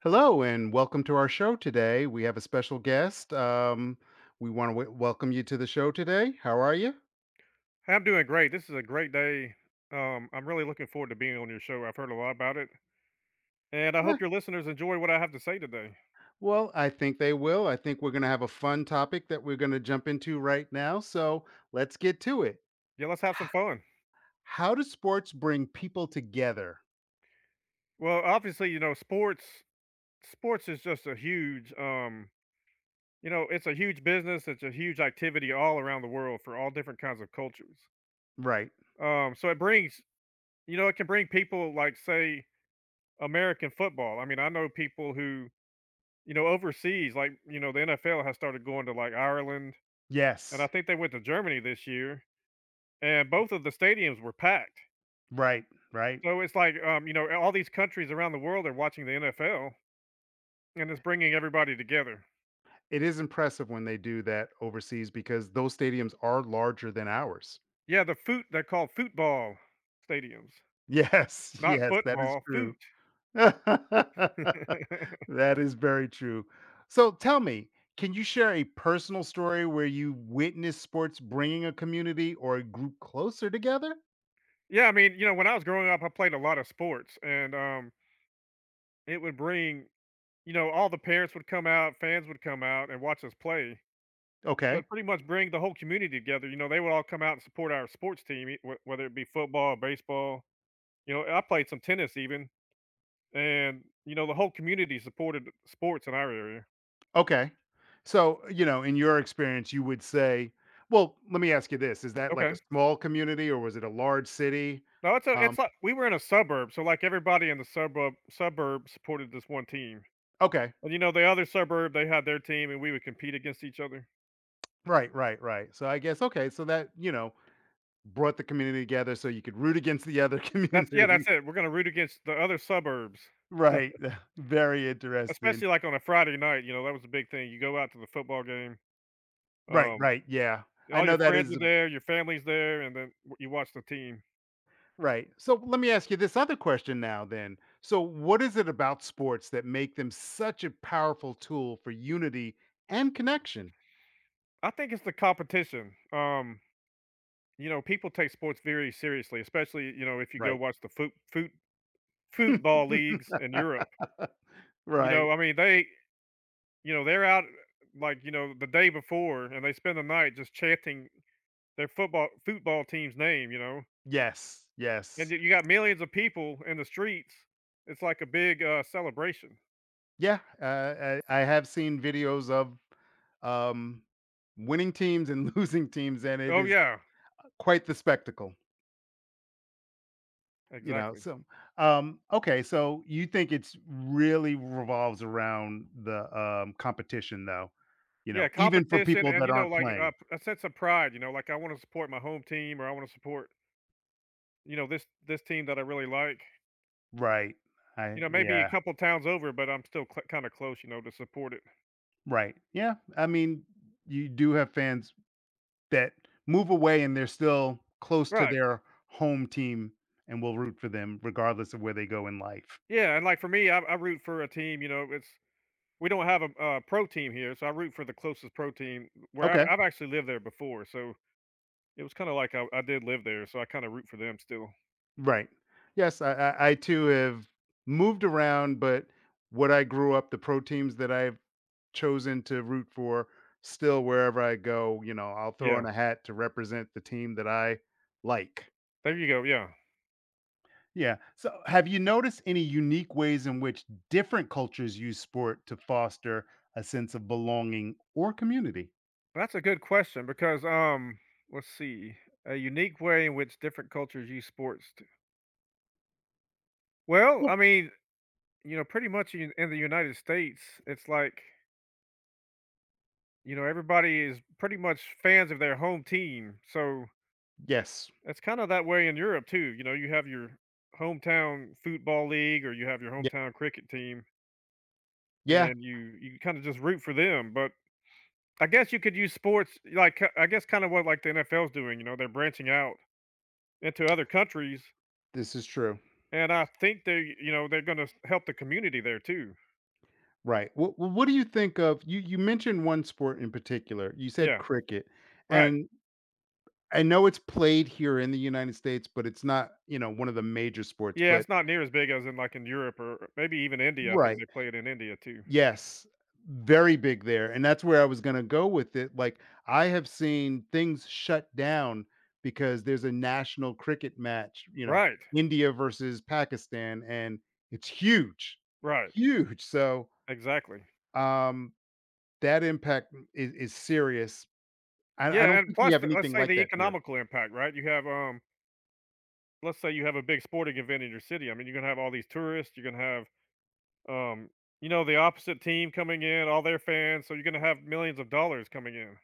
Hello and welcome to our show today. We have a special guest. We want to welcome you to the show today. How are you? Hey, I'm doing great. This is a great day. I'm really looking forward to being on your show. I've heard a lot about it, and I Eh, hope your listeners enjoy what I have to say today. Well, I think they will. I think we're going to have a fun topic that we're going to jump into right now. So let's get to it. Yeah, let's have some H- fun. How do sports bring people together? Well, obviously, you know, sports is just a huge you know, it's a huge business, it's a huge activity all around the world for all different kinds of cultures. Right. So it brings, you know, it can bring people like say American football. I mean, I know people who, you know, overseas like, you know, the NFL has started going to like Ireland, and I Yes. think they went to Germany this year. And both of the stadiums were packed. Right. Right. So it's like, you know, all these countries around the world are watching the NFL, and it's bringing everybody together. It is impressive when they do that overseas because those stadiums are larger than ours. Yeah, the foot they're called football stadiums, Yes. not Yes. That is football, foot. true. That is very true. So tell me, can you share a personal story where you witnessed sports bringing a community or a group closer together? Yeah, I mean, you know, when I was growing up, I played a lot of sports, and it would bring, you know, all the parents would come out, fans would come out and watch us play. So Okay. it pretty much bring the whole community together. You know, they would all come out and support our sports team, whether it be football, baseball. You know, I played some tennis even, and you know the whole community supported sports in our area. Okay. So, you know, in your experience, you would say, well, let me ask you this. Is that like a Okay, small community or was it a large city? no, it's a Um, it's like we were in a suburb, so like everybody in the suburb supported this one team, okay. and you know the other suburb they had their team, and we would compete against each other. Right, right, right. So I guess, okay. So that, you know, brought the community together so you could root against the other That's yeah, community. that's it. We're gonna root against the other suburbs, Right. Very interesting. especially like on a Friday night. You know that was a big thing. You go out to the football game, Right, um, right, yeah. I all your know that friends are is there, your family's there, and then you watch the team. right. So let me ask you this other question now then. So what is it about sports that make them such a powerful tool for unity and connection? I think it's the competition. You know, people take sports very seriously, especially, you know, if you go Right. watch the football leagues in Europe. You know, Right. I mean, they, you know, they're out like, you know, the day before and they spend the night just chanting their football team's name, you know. Yes, And yes. You got millions of people in the streets. It's like a big celebration. Yeah, I have seen videos of, um, winning teams and losing teams, and it Oh is yeah, quite the spectacle. You know, exactly. so, okay, so you think it's really revolves around the, competition though, you Yeah, know, even for competition people and that you know aren't like playing. a sense of pride, you know, like I want to support my home team or I want to support, you know, this team that I really like. Right. You I know, maybe a yeah, couple towns over, but I'm still cl kinda close, you know, to support it. right. Yeah, I mean, you do have fans that move away and they're still close to Right. their home team and will root for them regardless of where they go in life. Yeah, and, like, for me, I root for a team, you know, it's we don't have a, pro team here, so I root for the closest pro team where I've Okay. I've actually lived there before, so it was kinda like I did live there, so I kinda root for them still. Right. Yes, I too have moved around, but what I grew up, the pro teams that I've chosen to root for, still wherever I go, you know, I'll throw Yeah. on a hat to represent the team that I like. There you go, yeah. Yeah. So, have you noticed any unique ways in which different cultures use sport to foster a sense of belonging or community? That's a good question because, let's see, a unique way in which different cultures use sports t Well, Yeah. I mean, you know, pretty much in the United States, it's like you know, everybody is pretty much fans of their home team. So Yes. it's kind of that way in Europe too. You know, you have your hometown football league or you have your Yeah. hometown cricket team, Yeah. and you kind of just root for them. But I guess you could use sports like I guess kind of what like the NFL's doing, you know, they're branching out into other countries, This is true. and I think they you know, they're going to help the community there too. Right. What do you think of you you mentioned one sport in particular. You said Yeah, cricket, right. and I know it's played here in the United States, but it's not, you know, one of the major sports, Yeah, but it's not near as big as in like in Europe or maybe even India. I think right. they play it in India too. Yes. Very big there, and that's where I was gonna go with it. Like, I have seen things shut down because there's a national cricket match, you know, Right. India versus Pakistan, and it's huge. Right. Huge. So, Exactly. um, that impact is serious. I Yeah, don't and think we plus, have the let's anything say the like that here. economical impact, right? You have, let's say you have a big sporting event in your city. I mean, you're gonna have all these tourists. You're gonna have, um, you know, the opposite team coming in, all their fans. So you're gonna have millions of dollars coming in.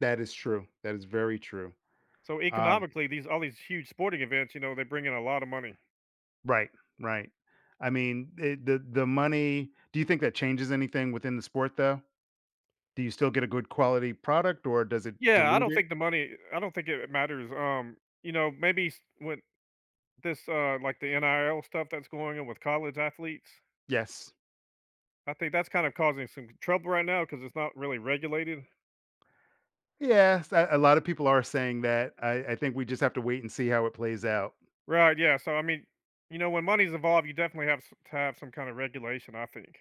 That is true. That is very true. So Um, economically, these all these huge sporting events, you know, they bring in a lot of money. right, right. I mean, it, the money. Do you think that changes anything within the sport, though? Do you still get a good quality product, or does it Yeah, I dilute don't it? think the money. I don't think it matters. You know, maybe with this, like the NIL stuff that's going on with college athletes. Yes. I think that's kind of causing some trouble right now because it's not really regulated. Yes. A lot of people are saying that. I think we just have to wait and see how it plays out. Right, yeah, so, I mean, you know, when money's involved, you definitely have s to have some kind of regulation, I think.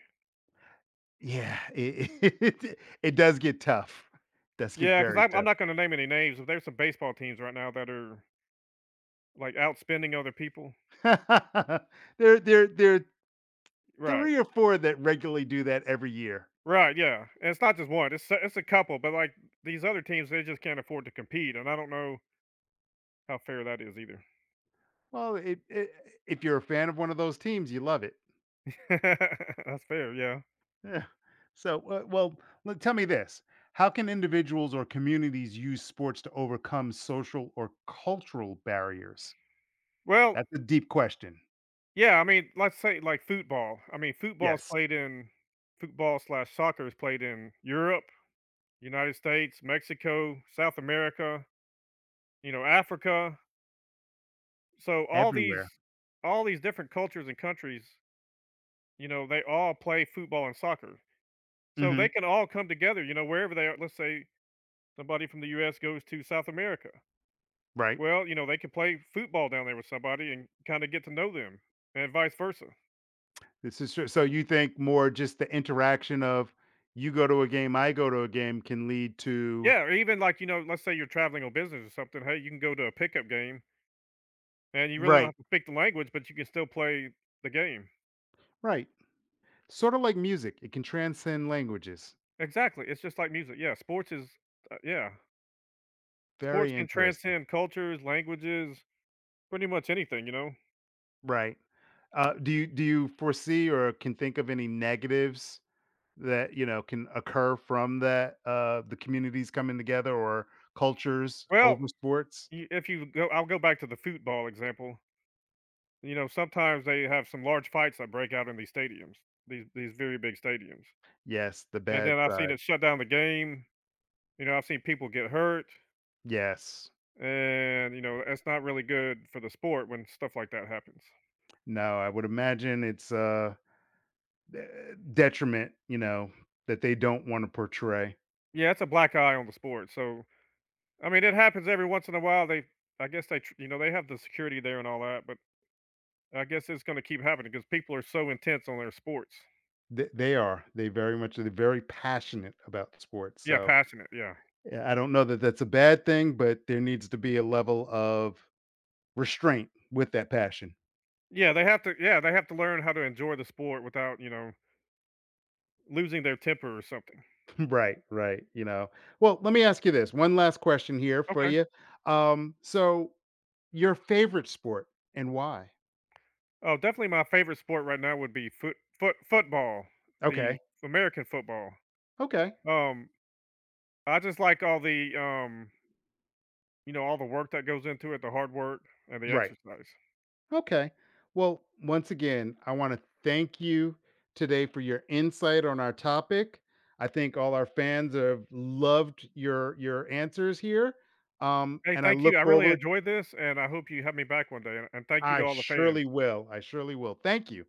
Yeah, it it does get tough. Does get Yeah. Because very I'm tough. not gonna name any names, but there's some baseball teams right now that are, like, outspending other people. There are Right. three or four that regularly do that every year. Right, yeah, and it's not just one, it's a couple, but, like, these other teams, they just can't afford to compete, and I don't know how fair that is either. Well, it, if you're a fan of one of those teams, you love it. That's fair, yeah. Yeah. So, well, tell me this: how can individuals or communities use sports to overcome social or cultural barriers? Well, That's a deep question. yeah, I mean, let's say, like, football. I mean, football is Yes, played in football/soccer slash soccer is played in Europe, United States, Mexico, South America, you know, Africa. So everywhere. All these different cultures and countries, you know, they all play football and soccer. So they Hmm. can all come together, you know, wherever they are. Let's say somebody from the US goes to South America. Right. Well, you know, they can play football down there with somebody and kind of get to know them and vice versa. This is true. So you think more just the interaction of you go to a game, I go to a game, can lead to Yeah, or even like, you know, let's say you're traveling on business or something. Hey, you can go to a pickup game and you really don't right, have to speak the language, but you can still play the game. right. Sort of like music, it can transcend languages. Exactly, it's just like music. Yeah, sports is uh, yeah, sports Very can interesting. transcend cultures, languages, pretty much anything, you know? Right. Do you foresee or can think of any negatives that, you know, can occur from that, the communities coming together or cultures Well, over sports? y if you go I'll go back to the football example. You know, sometimes they have some large fights that break out in these stadiums, these very big stadiums, Yes, the and bad then I've seen side. it shut down the game, you know, I've seen people get hurt, Yes. and, you know, it's not really good for the sport when stuff like that happens. No, I would imagine it's a detriment, you know, that they don't want to portray. Yeah, it's a black eye on the sport, so I mean, it happens every once in a while. They, I guess they, you know, they have the security there and all that, but I guess it's going to keep happening because people are so intense on their sports. They are. They very much they're very passionate about sports. Yeah, So passionate. Yeah, yeah, I don't know that that's a bad thing, but there needs to be a level of restraint with that passion. yeah. They have to. Yeah, they have to learn how to enjoy the sport without, you know, losing their temper or something. Right, right, you know. Well, let me ask you this. One last question here for Okay. you. So your favorite sport and why? Oh, definitely my favorite sport right now would be football, the Okay. American football. Okay. Um, I just like all the you know, all the work that goes into it, the hard work and the Right. exercise. Okay. Well, once again, I want to thank you today for your insight on our topic. I think all our fans have loved your answers here. Hey, And I thank you. I look really forward. enjoyed this, and I hope you have me back one day. And thank you to I all the fans. surely will. I surely will. Thank you.